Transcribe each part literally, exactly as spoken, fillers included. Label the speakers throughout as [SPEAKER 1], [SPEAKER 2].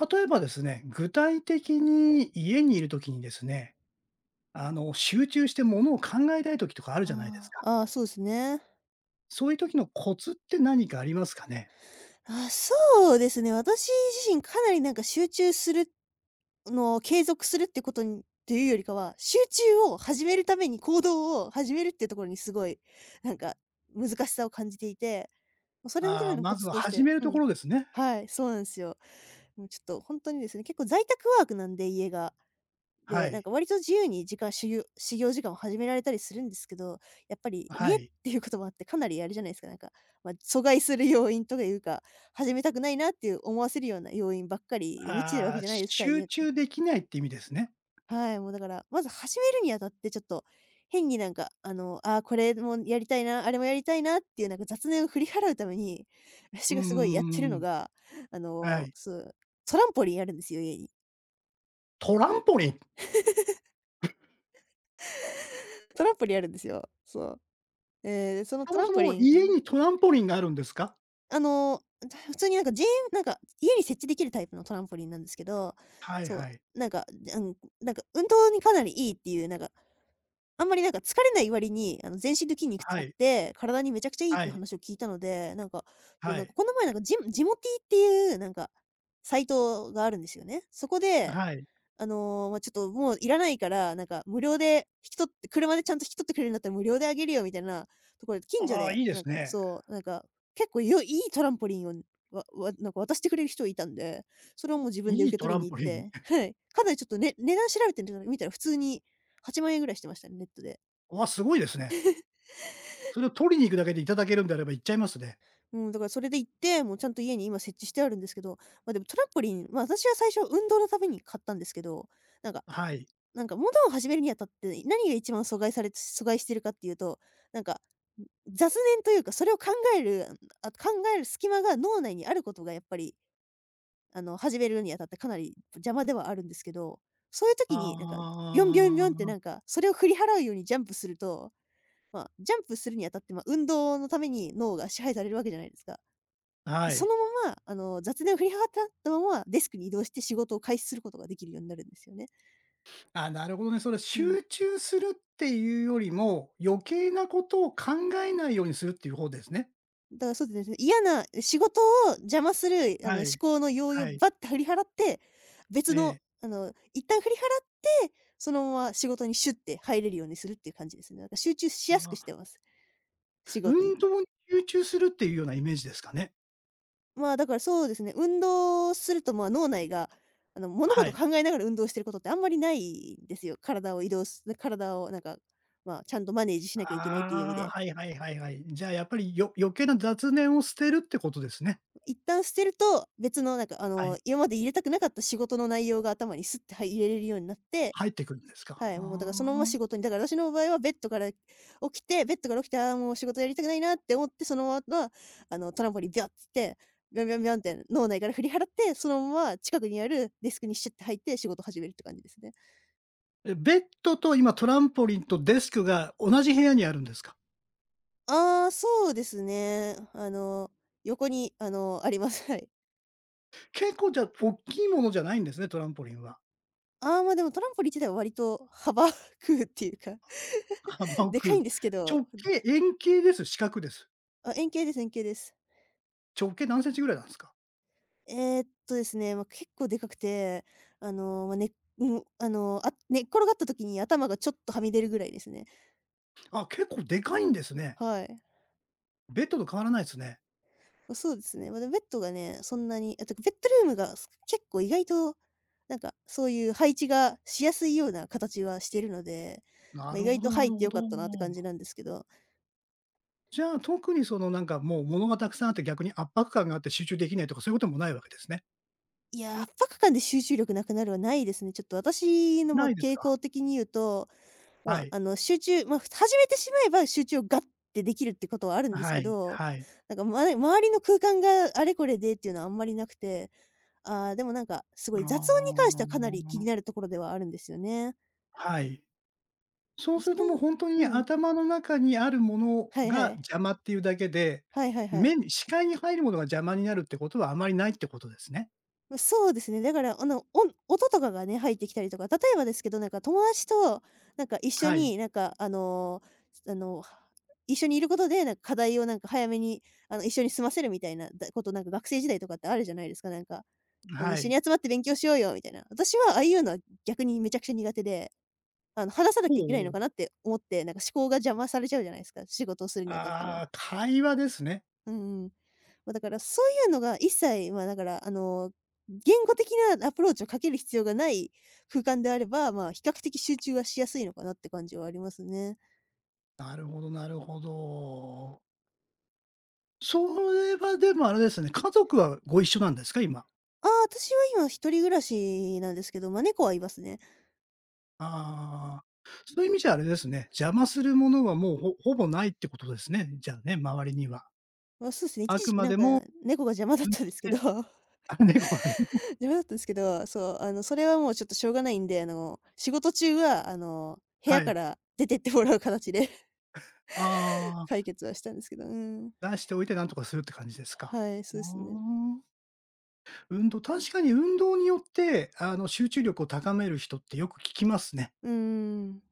[SPEAKER 1] 例えばですね、具体的に家にいるときにですね、あの、集中してものを考えたいときとかあるじゃないです
[SPEAKER 2] あ
[SPEAKER 1] か。
[SPEAKER 2] ーあー、あそうですね。
[SPEAKER 1] そういう時のコツって何かありますかね？
[SPEAKER 2] あー、そうですね。私自身かなりなんか集中するのを継続するってことにっていうよりかは、集中を始めるために行動を始めるってところにすごい、なんか難しさを感じていて、まそれのた
[SPEAKER 1] あ
[SPEAKER 2] め
[SPEAKER 1] あ、
[SPEAKER 2] の
[SPEAKER 1] ま
[SPEAKER 2] コ
[SPEAKER 1] ず
[SPEAKER 2] ツ
[SPEAKER 1] は
[SPEAKER 2] とし
[SPEAKER 1] 始
[SPEAKER 2] て
[SPEAKER 1] める
[SPEAKER 2] う
[SPEAKER 1] と
[SPEAKER 2] ん、
[SPEAKER 1] ころですね。
[SPEAKER 2] はい、そうなんですよ。もうちょっと本当にですね、結構在宅ワークなんで、家が。
[SPEAKER 1] は
[SPEAKER 2] で、なん
[SPEAKER 1] い。
[SPEAKER 2] か割と自由に時間修行修行時間を始められたりするんですけど、やっぱり
[SPEAKER 1] は
[SPEAKER 2] 家っ
[SPEAKER 1] い。
[SPEAKER 2] ていうこともあってかなりあれじゃないですか、なんか、まあ、阻害する要因とかいうか、始めたくないなっていう思わせるような要因ばっかりで満ちてるわ
[SPEAKER 1] あ
[SPEAKER 2] け
[SPEAKER 1] あ、
[SPEAKER 2] じゃないですか、
[SPEAKER 1] 集
[SPEAKER 2] 家って。
[SPEAKER 1] 中できないって意味ですね。
[SPEAKER 2] はい、もうだから、まず始めるにあたってちょっと変になんか、あの、ああ、これもやりたいな、あれもやりたいなっていうなんか雑念を振り払うために、
[SPEAKER 1] う
[SPEAKER 2] 私がすごいやってる
[SPEAKER 1] う
[SPEAKER 2] の
[SPEAKER 1] ん。
[SPEAKER 2] が、あ
[SPEAKER 1] は
[SPEAKER 2] の、
[SPEAKER 1] い。
[SPEAKER 2] そう、トランポリンあるんですよ、家に。
[SPEAKER 1] トランポリン。
[SPEAKER 2] トランポリンあるんですよ。そう。ええ、その
[SPEAKER 1] そ
[SPEAKER 2] ト
[SPEAKER 1] も
[SPEAKER 2] ラン
[SPEAKER 1] そ
[SPEAKER 2] ポ
[SPEAKER 1] も
[SPEAKER 2] リン
[SPEAKER 1] 家にトランポリンがあるんですか？
[SPEAKER 2] あの、普通になんかじんなんか家に設置できるタイプのトランポリンなんですけど、
[SPEAKER 1] はい
[SPEAKER 2] そ
[SPEAKER 1] はい。
[SPEAKER 2] う、なんか、うん、なんか運動にかなりいいっていう、なんか、あんまりなんか疲れない割に、あの、全身の筋肉
[SPEAKER 1] は
[SPEAKER 2] 使っ
[SPEAKER 1] い。
[SPEAKER 2] て、体にめちゃくちゃいいっ
[SPEAKER 1] は
[SPEAKER 2] ていう
[SPEAKER 1] い。
[SPEAKER 2] 話を聞いたので、なんか、そう、
[SPEAKER 1] は
[SPEAKER 2] なんか
[SPEAKER 1] い。
[SPEAKER 2] この前なんかジムジモティーっていうなんか、サイトがあるんですよね。そこで
[SPEAKER 1] はい。
[SPEAKER 2] あの、まあ、ちょっともういらないから、なんか無料で引き取って車でちゃんと引き取ってくれるんだったら無料であげるよみたいなところで、近所
[SPEAKER 1] ああ、
[SPEAKER 2] で、
[SPEAKER 1] いいで
[SPEAKER 2] なん
[SPEAKER 1] す
[SPEAKER 2] か
[SPEAKER 1] ね。
[SPEAKER 2] そう、なんか、結構よいいトランポリンをわわなんか渡してくれる人がいたんで、それをもう自分で
[SPEAKER 1] いい
[SPEAKER 2] 受け
[SPEAKER 1] ト
[SPEAKER 2] 取
[SPEAKER 1] ラ
[SPEAKER 2] り
[SPEAKER 1] ン
[SPEAKER 2] に行
[SPEAKER 1] ポ
[SPEAKER 2] っ
[SPEAKER 1] リン。
[SPEAKER 2] て、はい。かなりちょっとね値段調べてみたら普通にはちまん円ぐらいしてましたね、ネットで。
[SPEAKER 1] わ、すごいですね。それを取りに行くだけでいただけるんであれば行っちゃいますね。
[SPEAKER 2] うん、だからそれで行って、もうちゃんと家に今設置してあるんですけど、ま、でもトランポリン、ま、私は最初運動のために買ったんですけど、なんか
[SPEAKER 1] はい。
[SPEAKER 2] なんか、モダンを始めるにあたって、何が一番阻害され阻害してるかっていうと、なんか、ん雑念というか、それを考える、あ、考える隙間が脳内にあることがやっぱり、あの、始めるにあたってかなり邪魔ではあるんですけど、そういう時になんか、ビョンビョンビョンってなん
[SPEAKER 1] あ
[SPEAKER 2] か、それを振り払うようにジャンプすると、まあ、ジャンプするにあたって、まあ、運動のために脳が支配されるわけじゃないですか。
[SPEAKER 1] あ、は
[SPEAKER 2] でそ
[SPEAKER 1] い。
[SPEAKER 2] のまま、あの、雑念を振り払ったまま、デスクに移動して仕事を開始することができるようになるんですよね。
[SPEAKER 1] あ、なるほどね。それ
[SPEAKER 2] うん。
[SPEAKER 1] 集中するっていうよりも、余計なことを考えないようにするっていう方ですね。
[SPEAKER 2] だからそうですね、嫌な仕事を邪魔する、あの、
[SPEAKER 1] は
[SPEAKER 2] 思
[SPEAKER 1] い、
[SPEAKER 2] 考の要因を
[SPEAKER 1] はい。
[SPEAKER 2] バッて振り払って、別
[SPEAKER 1] え
[SPEAKER 2] の、
[SPEAKER 1] え。
[SPEAKER 2] あの、一旦振り払って、そのまま仕事にシュッて入れるようにするっていう感じですね。なんか集中しやすく
[SPEAKER 1] あ
[SPEAKER 2] し
[SPEAKER 1] あ、
[SPEAKER 2] てます、仕事に。
[SPEAKER 1] 運動に集中するっていうようなイメージですかね。
[SPEAKER 2] まあ、だからそうですね、運動すると、まあ、脳内が、あの、物
[SPEAKER 1] は
[SPEAKER 2] 事を
[SPEAKER 1] い。
[SPEAKER 2] 考えながら運動してることってあんまりないんですよ。体を移動す体をなんか、まあ、ちゃんとマネージしなきゃいけないっていう意味
[SPEAKER 1] ああ、
[SPEAKER 2] で。
[SPEAKER 1] はいはいはいはい。じゃあやっぱりよ余計な雑念を捨てるってことですね。
[SPEAKER 2] 一旦捨てると、別のなんかあ
[SPEAKER 1] はい。
[SPEAKER 2] の、今まで入れたくなかった仕事の内容が頭にスッて、はい、入れれるようになって、
[SPEAKER 1] 入ってくるんですか。
[SPEAKER 2] は
[SPEAKER 1] あ
[SPEAKER 2] い、
[SPEAKER 1] あ。
[SPEAKER 2] もうだからそのまま仕事にだから私の場合はベッドから起きて、ベッドから起きて、ああ、もう仕事やりたくないなって思って、そのまま、あの、トランポリンビャッつって、ビャンビャンビャンって脳内から振り払って、そのまま近くにあるデスクにシュッて入って仕事始めるって感じですね。
[SPEAKER 1] え、ベッドと今トランポリンとデスクが同じ部屋にあるんですか？
[SPEAKER 2] ああ、そうですね。あの、横にあの、あります。はい。
[SPEAKER 1] 結構じゃあ、おっきいものじゃないんですね、トランポリンは。
[SPEAKER 2] ああ、ま、あでもトランポリン自体は割と幅 食うっていうか、
[SPEAKER 1] 幅奥。
[SPEAKER 2] でかいんですけど
[SPEAKER 1] 直径、円形です？四角です？
[SPEAKER 2] あ、円形です円形です。
[SPEAKER 1] 直径何センチぐらいなんすか？
[SPEAKER 2] えーっとですね、ま、あ結構でかくて、あの、まあ、ねうん、あの、あ寝っ転がった時に頭がちょっとはみ出るぐらいですね。
[SPEAKER 1] あ、結構でかいんですね。
[SPEAKER 2] はい。
[SPEAKER 1] ベッドと変わらないすね。
[SPEAKER 2] ま、そうですね。まあ、でもベッドがね、そんなにあとベッドルームがす結構意外と、なんか、そういう配置がしやすいような形はしてるので、
[SPEAKER 1] な
[SPEAKER 2] まあ、意
[SPEAKER 1] るほ
[SPEAKER 2] 外
[SPEAKER 1] ど
[SPEAKER 2] と
[SPEAKER 1] な
[SPEAKER 2] 入っ
[SPEAKER 1] る
[SPEAKER 2] て
[SPEAKER 1] ほ
[SPEAKER 2] 良かっ
[SPEAKER 1] ど。
[SPEAKER 2] たなって感じなんですけど、
[SPEAKER 1] じゃあ、特にそのなんかもう物がたくさんあって逆に圧迫感があって集中できないとかそういうこともないわけですね。
[SPEAKER 2] いやー、圧迫感で集中力なくなるはないですね。ちょっと私の、ま、
[SPEAKER 1] ないです
[SPEAKER 2] 傾
[SPEAKER 1] か？
[SPEAKER 2] 向的に言うと、ま
[SPEAKER 1] は
[SPEAKER 2] あ、
[SPEAKER 1] い。
[SPEAKER 2] あの、集中まあ、始めてしまえば集中をガッてできるってことはあるんです
[SPEAKER 1] は
[SPEAKER 2] け
[SPEAKER 1] い、
[SPEAKER 2] ど、
[SPEAKER 1] はい。
[SPEAKER 2] なんか、ま周りの空間があれこれでっていうのはあんまりなくて、ああ、でもなんか、すごい
[SPEAKER 1] あ
[SPEAKER 2] 雑音に関してはかなり気に
[SPEAKER 1] あ。
[SPEAKER 2] なるところではあるんですよね。
[SPEAKER 1] はい。そうす
[SPEAKER 2] そ
[SPEAKER 1] る
[SPEAKER 2] れ
[SPEAKER 1] ともう本当に
[SPEAKER 2] うん。
[SPEAKER 1] 頭の中にあるもの
[SPEAKER 2] はいは
[SPEAKER 1] が
[SPEAKER 2] い。
[SPEAKER 1] 邪魔っていうだけで、
[SPEAKER 2] はいはいはい。
[SPEAKER 1] 目に視界に入るものが邪魔になるってことはあまりないってことですね。
[SPEAKER 2] まそうですね。だから、あの、音音とかがね、入ってきたりとか、例えばですけど、なんか友達と、なんか一緒
[SPEAKER 1] はい、
[SPEAKER 2] に、なんか、あの、あの、一緒にいることで、なんか課題をなんか早めに、あの、一緒に済ませるみたいなだこと、なんか学生時代とかってあるじゃないですか、なんか。一
[SPEAKER 1] は
[SPEAKER 2] 緒に
[SPEAKER 1] い。
[SPEAKER 2] 集まって勉強しようよみたいな。私はああいうのは逆にめちゃくちゃ苦手で、あの、話さな
[SPEAKER 1] ほ
[SPEAKER 2] きゃいけないの
[SPEAKER 1] う
[SPEAKER 2] かなって思って、なんか思考が邪魔されちゃうじゃないですか、仕事をするにあたって
[SPEAKER 1] あ
[SPEAKER 2] の。
[SPEAKER 1] あ、会話ですね。
[SPEAKER 2] うんうん。まあ、だからそういうのが一切、ま、だから、あの、言語的なアプローチをかける必要がない空間であれば、まあ、比較的集中はしやすいのかなって感じはありますね。
[SPEAKER 1] なるほどなるほど。それはでもあれですね、家族はご一緒なんですか？今。
[SPEAKER 2] ああ、私は今一人暮らしなんですけど、ま、猫はいますね。
[SPEAKER 1] ああ、そういう意味じゃあれですね、邪魔するものはもう、ほほぼないってことですね、じゃあね、周りには。
[SPEAKER 2] まあ、そうですね、一
[SPEAKER 1] あく
[SPEAKER 2] 時期
[SPEAKER 1] ま
[SPEAKER 2] なん
[SPEAKER 1] で
[SPEAKER 2] か
[SPEAKER 1] も、
[SPEAKER 2] 猫が邪魔だっ
[SPEAKER 1] 運
[SPEAKER 2] たん
[SPEAKER 1] 動
[SPEAKER 2] で
[SPEAKER 1] し
[SPEAKER 2] すけど、
[SPEAKER 1] て あ、猫がね、
[SPEAKER 2] 邪魔だったんですけど、そう、あの、それはもうちょっとしょうがないんで、あの、仕事中は、あの、部
[SPEAKER 1] は
[SPEAKER 2] 屋か
[SPEAKER 1] い。
[SPEAKER 2] ら出てってもらう形で
[SPEAKER 1] ああ。
[SPEAKER 2] 解決はしたんですけど、うん。
[SPEAKER 1] 出しておいてなんとかするって感じですか？
[SPEAKER 2] はい、
[SPEAKER 1] う
[SPEAKER 2] そ
[SPEAKER 1] ー
[SPEAKER 2] うですね。
[SPEAKER 1] ん。運動、確かに運動によって、あの、集中力を高める人ってよく聞きますね。
[SPEAKER 2] ううん。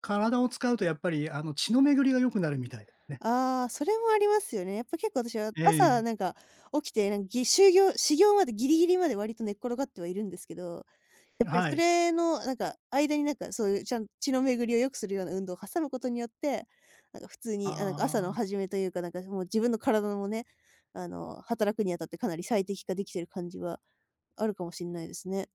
[SPEAKER 1] 体を使うとやっぱり、あの、血の巡りが良くなるみたいですね。
[SPEAKER 2] ああ、それもありますよね。やっぱ結構私は朝
[SPEAKER 1] え
[SPEAKER 2] なんか起きて、なんかぎ就業始業までギリギリまで割と寝っ転がってはいるんですけど、や
[SPEAKER 1] え、
[SPEAKER 2] っぱり
[SPEAKER 1] は
[SPEAKER 2] そ
[SPEAKER 1] い。
[SPEAKER 2] れのなんか間になんかそういうちゃん血の巡りを良くするような運動を挟むことによって、なんか普通に、あ、なんか
[SPEAKER 1] あ
[SPEAKER 2] 朝の
[SPEAKER 1] あ、
[SPEAKER 2] 始めというか、なんかもう自分の体もね、あの、働くにあたってかなり最適化できてる感じはあるかもしれないですね。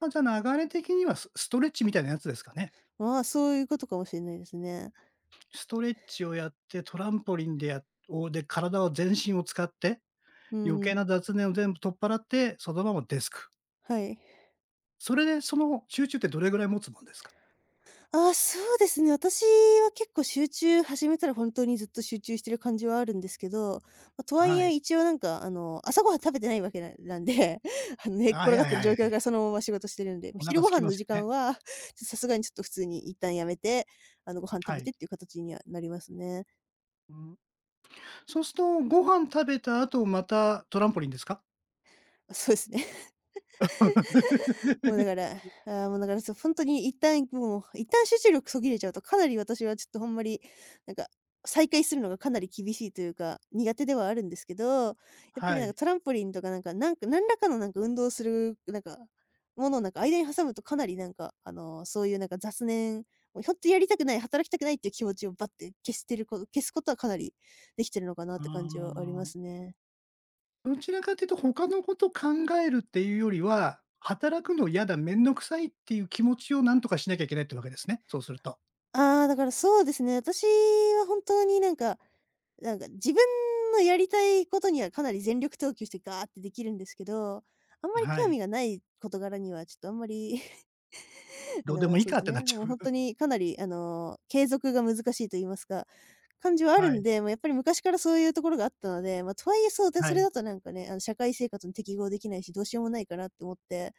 [SPEAKER 1] ま、じゃあ流れ的にはスストレッチみたいなやつですかね。
[SPEAKER 2] まあ、そういうことかもしれないですね。
[SPEAKER 1] ストレッチをやって、トランポリンでやをで、体を全身を使って、
[SPEAKER 2] う
[SPEAKER 1] 余計
[SPEAKER 2] ん、
[SPEAKER 1] な雑念を全部取っ払って、そのままデスク。
[SPEAKER 2] はい。
[SPEAKER 1] それでその集中ってどれぐらい持つもんですか？
[SPEAKER 2] ああ、そうですね。私は結構集中始めたら本当にずっと集中してる感じはあるんですけど、ま、とはい
[SPEAKER 1] は
[SPEAKER 2] え
[SPEAKER 1] い。
[SPEAKER 2] 一応なんかあの、朝ごはん食べてないわけななんで、あのね、寝っ
[SPEAKER 1] あ、い
[SPEAKER 2] 転が
[SPEAKER 1] や
[SPEAKER 2] っ
[SPEAKER 1] い
[SPEAKER 2] て
[SPEAKER 1] や
[SPEAKER 2] る
[SPEAKER 1] い
[SPEAKER 2] 状況
[SPEAKER 1] やい
[SPEAKER 2] から
[SPEAKER 1] や。
[SPEAKER 2] そのまま仕事してるんで、もう
[SPEAKER 1] お腹
[SPEAKER 2] 昼
[SPEAKER 1] 空
[SPEAKER 2] ご
[SPEAKER 1] き
[SPEAKER 2] 飯
[SPEAKER 1] ま
[SPEAKER 2] の
[SPEAKER 1] すよ
[SPEAKER 2] 時間
[SPEAKER 1] ね。
[SPEAKER 2] は、ちょさすがにちょっと普通に一旦やめて、あの、ご飯食
[SPEAKER 1] は
[SPEAKER 2] べ
[SPEAKER 1] い。
[SPEAKER 2] てっていう形にはなりますね。
[SPEAKER 1] うん、そうすると、ご飯食べた後、またトランポリンですか？
[SPEAKER 2] あ、そうですね。もうだか ら、ああ、もうだから、そう、本当に一旦もう、一旦集中力途切れちゃうと、かなり私はちょっとほんまに、なんか、再開するのがかなり厳しいというか、苦手ではあるんですけど、やっぱ
[SPEAKER 1] は
[SPEAKER 2] りなんか
[SPEAKER 1] い。
[SPEAKER 2] トランポリンとかなんか、なんか何らかのなんか運動する、なんか、ものをなんか間に挟むとかなりなんか、あの、そういうなんか雑念、もうほんとやりたくない、働きたくないっていう気持ちをバッて消してること消すことはかなりできてるのかなっ
[SPEAKER 1] あ
[SPEAKER 2] て感じはあります
[SPEAKER 1] あ。
[SPEAKER 2] ね。
[SPEAKER 1] どちらかというと、他のこと考えるっていうよりは、働くの嫌だ、めんどくさいっていう気持ちをなんとかしなきゃいけないってわけですね、そうすると。
[SPEAKER 2] ああ、だからそうですね、私は本当になんか、なんか自分のやりたいことにはかなり全力投球してガーってできるんですけど、あんまり
[SPEAKER 1] は
[SPEAKER 2] 興
[SPEAKER 1] い。
[SPEAKER 2] 味がない事柄にはちょっとあんまり あ
[SPEAKER 1] どうで
[SPEAKER 2] の、
[SPEAKER 1] もいい
[SPEAKER 2] そう
[SPEAKER 1] か
[SPEAKER 2] で
[SPEAKER 1] っ
[SPEAKER 2] す
[SPEAKER 1] てなっ
[SPEAKER 2] ね、
[SPEAKER 1] ちゃ
[SPEAKER 2] もう
[SPEAKER 1] う。
[SPEAKER 2] 本当 にかなりあの、継続が難しいと言いますか、感じはある
[SPEAKER 1] は
[SPEAKER 2] ん
[SPEAKER 1] い、
[SPEAKER 2] で、まあ、やっぱり昔からそういうところがあったので、まあ、とはいえそうで、
[SPEAKER 1] は
[SPEAKER 2] それ
[SPEAKER 1] い。
[SPEAKER 2] だとなんかね、あの、社会生活に適合できないし、どうしようもないかなって思って、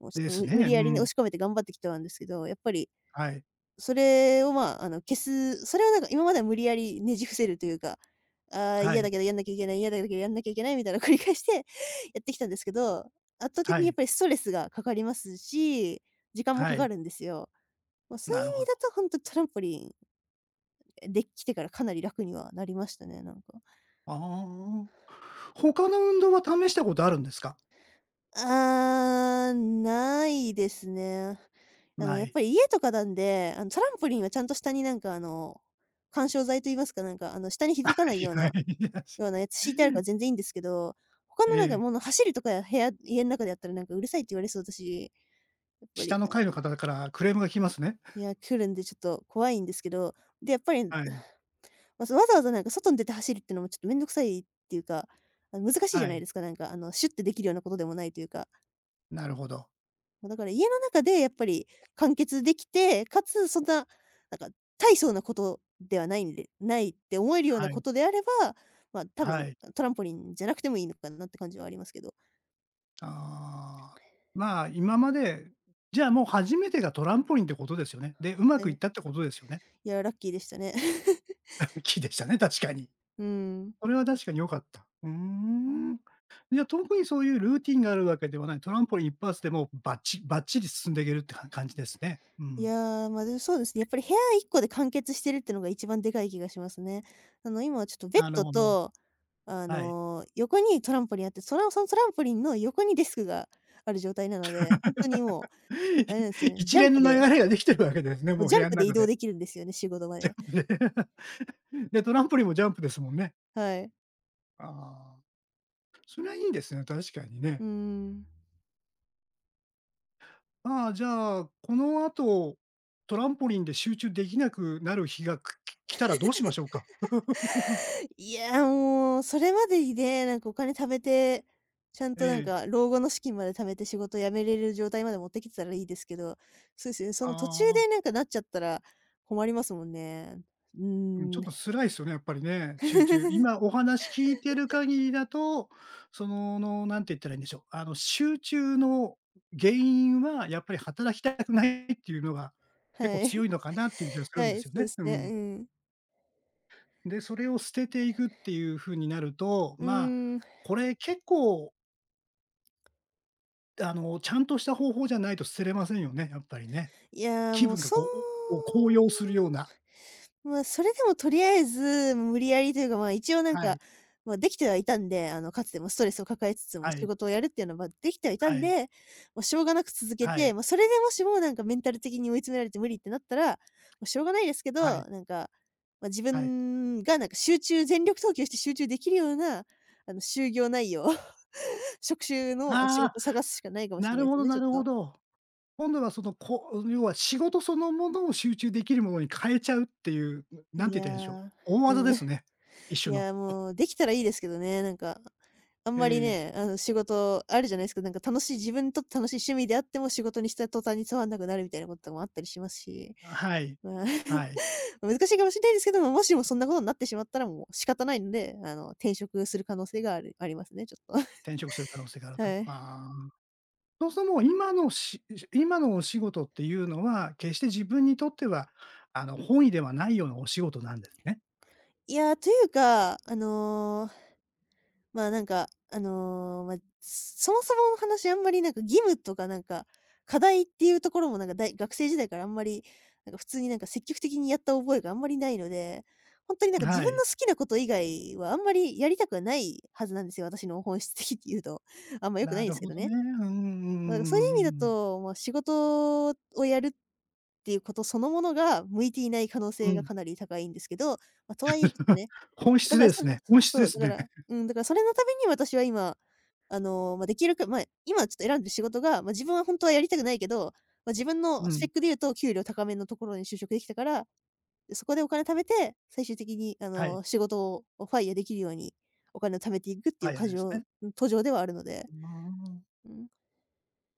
[SPEAKER 2] もうち
[SPEAKER 1] で
[SPEAKER 2] ょっと
[SPEAKER 1] す
[SPEAKER 2] 無無
[SPEAKER 1] ね。う
[SPEAKER 2] 理やりね、押
[SPEAKER 1] ん。
[SPEAKER 2] し込めて頑張ってきたんですけど、やっぱり
[SPEAKER 1] はい、
[SPEAKER 2] それを、まあ、あの、消すそれをなんか今までは無理やりねじ伏せるというか、ああ、
[SPEAKER 1] は
[SPEAKER 2] 嫌
[SPEAKER 1] い、
[SPEAKER 2] だけどやんなきゃいけない、嫌だけどやんなきゃいけないみたいな のを繰り返して やってきたんですけど、圧倒的
[SPEAKER 1] は
[SPEAKER 2] にやっ
[SPEAKER 1] い、
[SPEAKER 2] ぱりストレスがかかりますし、時間も
[SPEAKER 1] は
[SPEAKER 2] かか
[SPEAKER 1] い。
[SPEAKER 2] るんですよ。まあ、そうい
[SPEAKER 1] なる
[SPEAKER 2] う意
[SPEAKER 1] ほ
[SPEAKER 2] 味だ
[SPEAKER 1] ど。
[SPEAKER 2] とほんとトランポリン、できてからかなり楽にはなりましたね、なんか。
[SPEAKER 1] ああ。他の運動は試したことあるんですか？
[SPEAKER 2] ああ、ないですね。あの、
[SPEAKER 1] な
[SPEAKER 2] やっ
[SPEAKER 1] い。
[SPEAKER 2] ぱり家とかなんで、あの、トランポリンはちゃんと下になんかあの、緩衝材と言いますか、なんかあの、下に
[SPEAKER 1] は
[SPEAKER 2] 響かない
[SPEAKER 1] い、
[SPEAKER 2] ような
[SPEAKER 1] はい。
[SPEAKER 2] ようなやつ敷いてあるから全 然いいんですけど、他
[SPEAKER 1] え
[SPEAKER 2] のなんか
[SPEAKER 1] え、
[SPEAKER 2] もの走るとかや部屋家の中でやったらなんかうるさいって言われそうだし、やっぱ
[SPEAKER 1] 下
[SPEAKER 2] り、
[SPEAKER 1] の
[SPEAKER 2] あ、
[SPEAKER 1] 階の方からクレームが来ますね。
[SPEAKER 2] いや、来るんでちょっと怖いんですけど、で、やっぱり、
[SPEAKER 1] はい、
[SPEAKER 2] まあ、そ、わざわざなんか外に出て走るってのもちょっとめんどくさいっていうか、あの、難しいじ
[SPEAKER 1] は
[SPEAKER 2] ゃない
[SPEAKER 1] い。
[SPEAKER 2] ですか、なんかあの、シュッてできるようなことでもないというか。
[SPEAKER 1] なるほど。
[SPEAKER 2] ま、だから家の中でやっぱり完結できて、かつそんな、なんか大層なことではないんでないって思えるような
[SPEAKER 1] はい、
[SPEAKER 2] ことであれば、まあ、多
[SPEAKER 1] は
[SPEAKER 2] 分、
[SPEAKER 1] い。
[SPEAKER 2] トランポリンじゃなくてもいいのかなって感じはありますけど。
[SPEAKER 1] ああ、まあ、今まで、じゃあもう初めてがトランポリンってことですよね。で、うま
[SPEAKER 2] は
[SPEAKER 1] くいっ
[SPEAKER 2] い。
[SPEAKER 1] たってことですよね。
[SPEAKER 2] いや、ラッキーでしたね。
[SPEAKER 1] 木でしたね、確かに。
[SPEAKER 2] うん。
[SPEAKER 1] それは確かに良かった。うーん。じゃあ特にそういうルーティンがあるわけではない、トランポリン一発でもうバッチバッチリ進んでいけるって感じですね。う
[SPEAKER 2] い
[SPEAKER 1] ん。
[SPEAKER 2] やー、ま、でもそうですね、やっぱり部屋いっこで完結してるってのが一番でかい気がしますね。あの、今はちょっとベッ
[SPEAKER 1] なる
[SPEAKER 2] ド
[SPEAKER 1] ほど。
[SPEAKER 2] と、あ
[SPEAKER 1] はい。
[SPEAKER 2] の、横にトランポリンあって、そのそのトランポリンの横にデスクがある状態なので、本当にもう、あれなんですよ ね、
[SPEAKER 1] 一
[SPEAKER 2] ジャン
[SPEAKER 1] 連の
[SPEAKER 2] プで
[SPEAKER 1] 流れができてるわけですね、
[SPEAKER 2] も
[SPEAKER 1] も
[SPEAKER 2] う
[SPEAKER 1] う
[SPEAKER 2] ジ
[SPEAKER 1] 部
[SPEAKER 2] ャン
[SPEAKER 1] 屋の
[SPEAKER 2] プで移
[SPEAKER 1] 中
[SPEAKER 2] 動
[SPEAKER 1] で。
[SPEAKER 2] できるんですよね、仕事ま
[SPEAKER 1] ジャン
[SPEAKER 2] で。
[SPEAKER 1] プで。で、トランポリンもジャンプですもんね。
[SPEAKER 2] はい。
[SPEAKER 1] ああ、それはいいですね、確かに
[SPEAKER 2] う
[SPEAKER 1] ね。
[SPEAKER 2] ーん。
[SPEAKER 1] ああ、じゃあ、この後、トランポリンで集中できなくなる日が、来来たらどうしましょうか？
[SPEAKER 2] いや、もう、それまでにね、なんかお金貯めて、ちゃんとな
[SPEAKER 1] え
[SPEAKER 2] ん
[SPEAKER 1] え、
[SPEAKER 2] か老後の資金まで貯めて仕事辞めれる状態まで持ってきてたらいいですけど、そうですよね、そ
[SPEAKER 1] あ
[SPEAKER 2] の途中でな
[SPEAKER 1] あ。
[SPEAKER 2] んかなっちゃったら困りますもんね。う
[SPEAKER 1] うん、ちょ
[SPEAKER 2] ー
[SPEAKER 1] っと
[SPEAKER 2] ん。
[SPEAKER 1] 辛いですよね、やっぱりね、集中。今 お話聞いてる限りだと、そのの、なんて言ったらいいんでしょう、あの、集中の原因はやっぱり働きたくないっていうのが結構
[SPEAKER 2] は
[SPEAKER 1] 強
[SPEAKER 2] い。
[SPEAKER 1] いのかなっていう気がす るん
[SPEAKER 2] は
[SPEAKER 1] で
[SPEAKER 2] い、
[SPEAKER 1] すよ
[SPEAKER 2] そうで
[SPEAKER 1] ね。
[SPEAKER 2] す
[SPEAKER 1] う
[SPEAKER 2] ね、
[SPEAKER 1] ん。
[SPEAKER 2] うん。
[SPEAKER 1] で、それを捨てていくっていう風になると、
[SPEAKER 2] うー
[SPEAKER 1] まあ、
[SPEAKER 2] ん、
[SPEAKER 1] これ結構、あの、ちゃんとした方法じゃないと捨てれませんよね、やっぱりね。
[SPEAKER 2] いや、
[SPEAKER 1] 気
[SPEAKER 2] もう
[SPEAKER 1] 分が
[SPEAKER 2] そう
[SPEAKER 1] こう、おこう高揚するような。
[SPEAKER 2] まあ、それでもとりあえず、無理やりというか、まあ、一応なん
[SPEAKER 1] は
[SPEAKER 2] か、
[SPEAKER 1] い、
[SPEAKER 2] まあ、できてはいたんで、あの、かつてもストレスを抱えつつも
[SPEAKER 1] は
[SPEAKER 2] 仕
[SPEAKER 1] い、
[SPEAKER 2] 事をやるっていうのは、まあ、できてはいた
[SPEAKER 1] は
[SPEAKER 2] ん
[SPEAKER 1] い、
[SPEAKER 2] で、まあ、しょうがなく続け
[SPEAKER 1] は
[SPEAKER 2] て、
[SPEAKER 1] い、
[SPEAKER 2] まあ、それでもしもなんかメンタル的に追い詰められて無理ってなったら、まあ、しょうがないですけ
[SPEAKER 1] はい、
[SPEAKER 2] ど、なんか、まあ、自
[SPEAKER 1] はい。
[SPEAKER 2] 分がなんか集中全力投球して集中できるような、あの、就業内容、職種の仕
[SPEAKER 1] ああ。
[SPEAKER 2] 事を探すしかないかもし
[SPEAKER 1] な
[SPEAKER 2] れな
[SPEAKER 1] る
[SPEAKER 2] いで
[SPEAKER 1] ほ
[SPEAKER 2] すよ
[SPEAKER 1] ど
[SPEAKER 2] ね、ち
[SPEAKER 1] な
[SPEAKER 2] ょっ
[SPEAKER 1] るほ
[SPEAKER 2] と。
[SPEAKER 1] ど。今度はその、こ要は仕事そのものを集中できるものに変えちゃうっていう、なん
[SPEAKER 2] い
[SPEAKER 1] て言っ
[SPEAKER 2] や
[SPEAKER 1] たらいいんでしょう、
[SPEAKER 2] ー、
[SPEAKER 1] 大技で
[SPEAKER 2] うん。い
[SPEAKER 1] すね。一種の。
[SPEAKER 2] や、もうできたらいいですけどね、なんか、あん
[SPEAKER 1] え
[SPEAKER 2] まり
[SPEAKER 1] え、
[SPEAKER 2] ね、あの、仕事あるじゃないですか、なんか楽しい自分にとって楽しい趣味であっても仕事にした途端につまんなくなるみたいなこともあったりしますし、
[SPEAKER 1] はい。
[SPEAKER 2] まあ、
[SPEAKER 1] はい。
[SPEAKER 2] 難しいかもしれないですけども、もしもそんなことになってしまったらもう仕方ないので、あの、転職する可能性があるありますね、ちょっと。
[SPEAKER 1] 転職する可能性があると。
[SPEAKER 2] はい。
[SPEAKER 1] ああ。そうするともう今のし今のお仕事っていうのは、決して自分にとっては、あの、本意ではないようなお仕事なんですね。
[SPEAKER 2] いや、というか、あのーまあ、なんか、あの、まあ、そもそもの話あんまりなんか義務とかなんか、課題っていうところもなんか大学生時代からあんまり、なんか普通になんか積極的にやった覚えがあんまりないので、本当になんか自
[SPEAKER 1] は
[SPEAKER 2] 分
[SPEAKER 1] い。
[SPEAKER 2] の好きなこと以外はあんまりやりたくはないはずなんですよ、私の本質的っていうと、あんま良くな
[SPEAKER 1] な
[SPEAKER 2] いんで
[SPEAKER 1] る
[SPEAKER 2] すけ
[SPEAKER 1] ほ
[SPEAKER 2] ど
[SPEAKER 1] どね。
[SPEAKER 2] ね。
[SPEAKER 1] うんうんう
[SPEAKER 2] まあ、だからそういう
[SPEAKER 1] んうんう
[SPEAKER 2] 意味だ
[SPEAKER 1] んうん
[SPEAKER 2] と、まあ、仕事をやるっていうことそのものが向いていない可能性がかなり高いんですけど、まあ、とはいえちょっと ね
[SPEAKER 1] 本
[SPEAKER 2] だ
[SPEAKER 1] 質
[SPEAKER 2] から、
[SPEAKER 1] で
[SPEAKER 2] そ
[SPEAKER 1] す
[SPEAKER 2] れ
[SPEAKER 1] ね。本質
[SPEAKER 2] そ
[SPEAKER 1] で
[SPEAKER 2] う、
[SPEAKER 1] す
[SPEAKER 2] だか
[SPEAKER 1] ね。
[SPEAKER 2] ら、うん、だからそれのために私は今、あの、まあ、できるかまあ、今ちょっと選んでる仕事が、まあ、自分は本当はやりたくないけど、まあ、自分の
[SPEAKER 1] う
[SPEAKER 2] スペ
[SPEAKER 1] ん。
[SPEAKER 2] ックで言うと給料高めのところに就職できたから、そこでお金貯めて、最終的にあ
[SPEAKER 1] はい。
[SPEAKER 2] の、仕事をファイアできるようにお金を貯めていくってい
[SPEAKER 1] は
[SPEAKER 2] う過
[SPEAKER 1] ァです
[SPEAKER 2] 剰
[SPEAKER 1] ね。
[SPEAKER 2] 途上ではあるの
[SPEAKER 1] あ
[SPEAKER 2] で、
[SPEAKER 1] あ。
[SPEAKER 2] うん。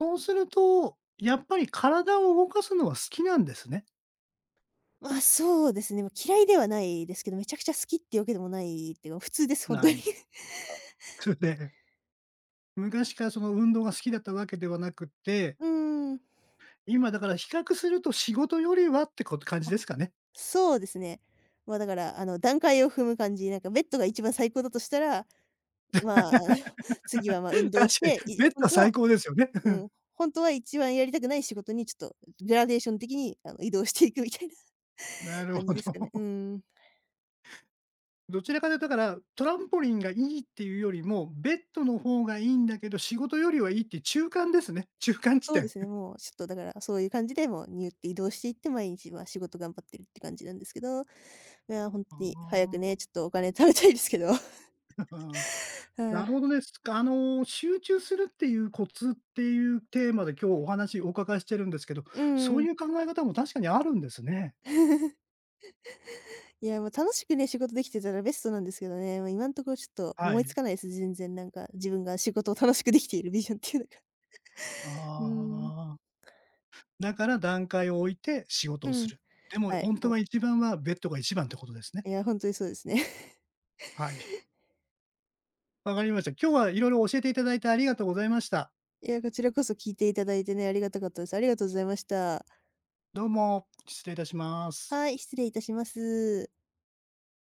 [SPEAKER 1] そうすると、やっぱり体を動かすのは好きなんですね。
[SPEAKER 2] まあ、そうですね、まあ、嫌いではないですけど、めちゃくちゃ好きっていうわけでもないっていうか、普通です、本当
[SPEAKER 1] な
[SPEAKER 2] に。
[SPEAKER 1] い。それで、昔からその運動が好きだったわけではなくて、
[SPEAKER 2] うーん。
[SPEAKER 1] 今だから比較すると仕事よりはってこ感じですかね。
[SPEAKER 2] そうですね。まあ、だから、あの、段階を踏む感じ、なんかベッドが一番最高だとしたら、まあ、あの 次は、まあ、運
[SPEAKER 1] 確か
[SPEAKER 2] 動し
[SPEAKER 1] に、
[SPEAKER 2] て、い
[SPEAKER 1] ベッド
[SPEAKER 2] 本
[SPEAKER 1] は
[SPEAKER 2] 当は
[SPEAKER 1] 最高ですよね。
[SPEAKER 2] うん、本当は一番やりたくない仕事にちょっとグラデーション的に、あの、移動していくみたいな
[SPEAKER 1] な る
[SPEAKER 2] 感
[SPEAKER 1] ほ
[SPEAKER 2] じですかね。う
[SPEAKER 1] ど。
[SPEAKER 2] ん。
[SPEAKER 1] どちらかというとだから、トランポリンがいいっていうよりも、ベッドの方がいいんだけど、仕事よりはいいっていう中間ですね。中間地
[SPEAKER 2] そうで
[SPEAKER 1] 点。
[SPEAKER 2] すね、もうちょっとだから、そういう感じで、もうニューって移動していって、毎日、は仕事頑張ってるって感じなんですけど、いや、本当
[SPEAKER 1] あ
[SPEAKER 2] に早くね、ちょっとお金貯めたいですけど。
[SPEAKER 1] あ。
[SPEAKER 2] は
[SPEAKER 1] なるほど
[SPEAKER 2] い。
[SPEAKER 1] ね。すあの、集中するっていうコツっていうテーマで今日お話お伺いしてるんですけど、
[SPEAKER 2] うん
[SPEAKER 1] そ
[SPEAKER 2] う
[SPEAKER 1] う
[SPEAKER 2] ん。
[SPEAKER 1] いう考え方も確かにあるんですね。
[SPEAKER 2] いや、もう楽しくね、仕事できてたらベストなんですけどね、もう今んところちょっと
[SPEAKER 1] は
[SPEAKER 2] 思い
[SPEAKER 1] い。
[SPEAKER 2] つかないです。全然なんか、自分が仕事を楽しくできているビジョンっていうのが。
[SPEAKER 1] あ
[SPEAKER 2] うーん。
[SPEAKER 1] あ。だから段階を置いて仕事
[SPEAKER 2] う
[SPEAKER 1] をす
[SPEAKER 2] ん。
[SPEAKER 1] る。でも
[SPEAKER 2] はい、
[SPEAKER 1] ほんとは
[SPEAKER 2] も
[SPEAKER 1] 一番はベッドが一番ってことですね。
[SPEAKER 2] う、いや、ほんとにそうですね。
[SPEAKER 1] はい。わかりました。今日は色々教えていただいてありがとうございました。
[SPEAKER 2] いや、こちらこそ聞いていただいてね、ありがたかったです。ありがとうございました。
[SPEAKER 1] どうも、失礼いたします。
[SPEAKER 2] はい、失礼いたします。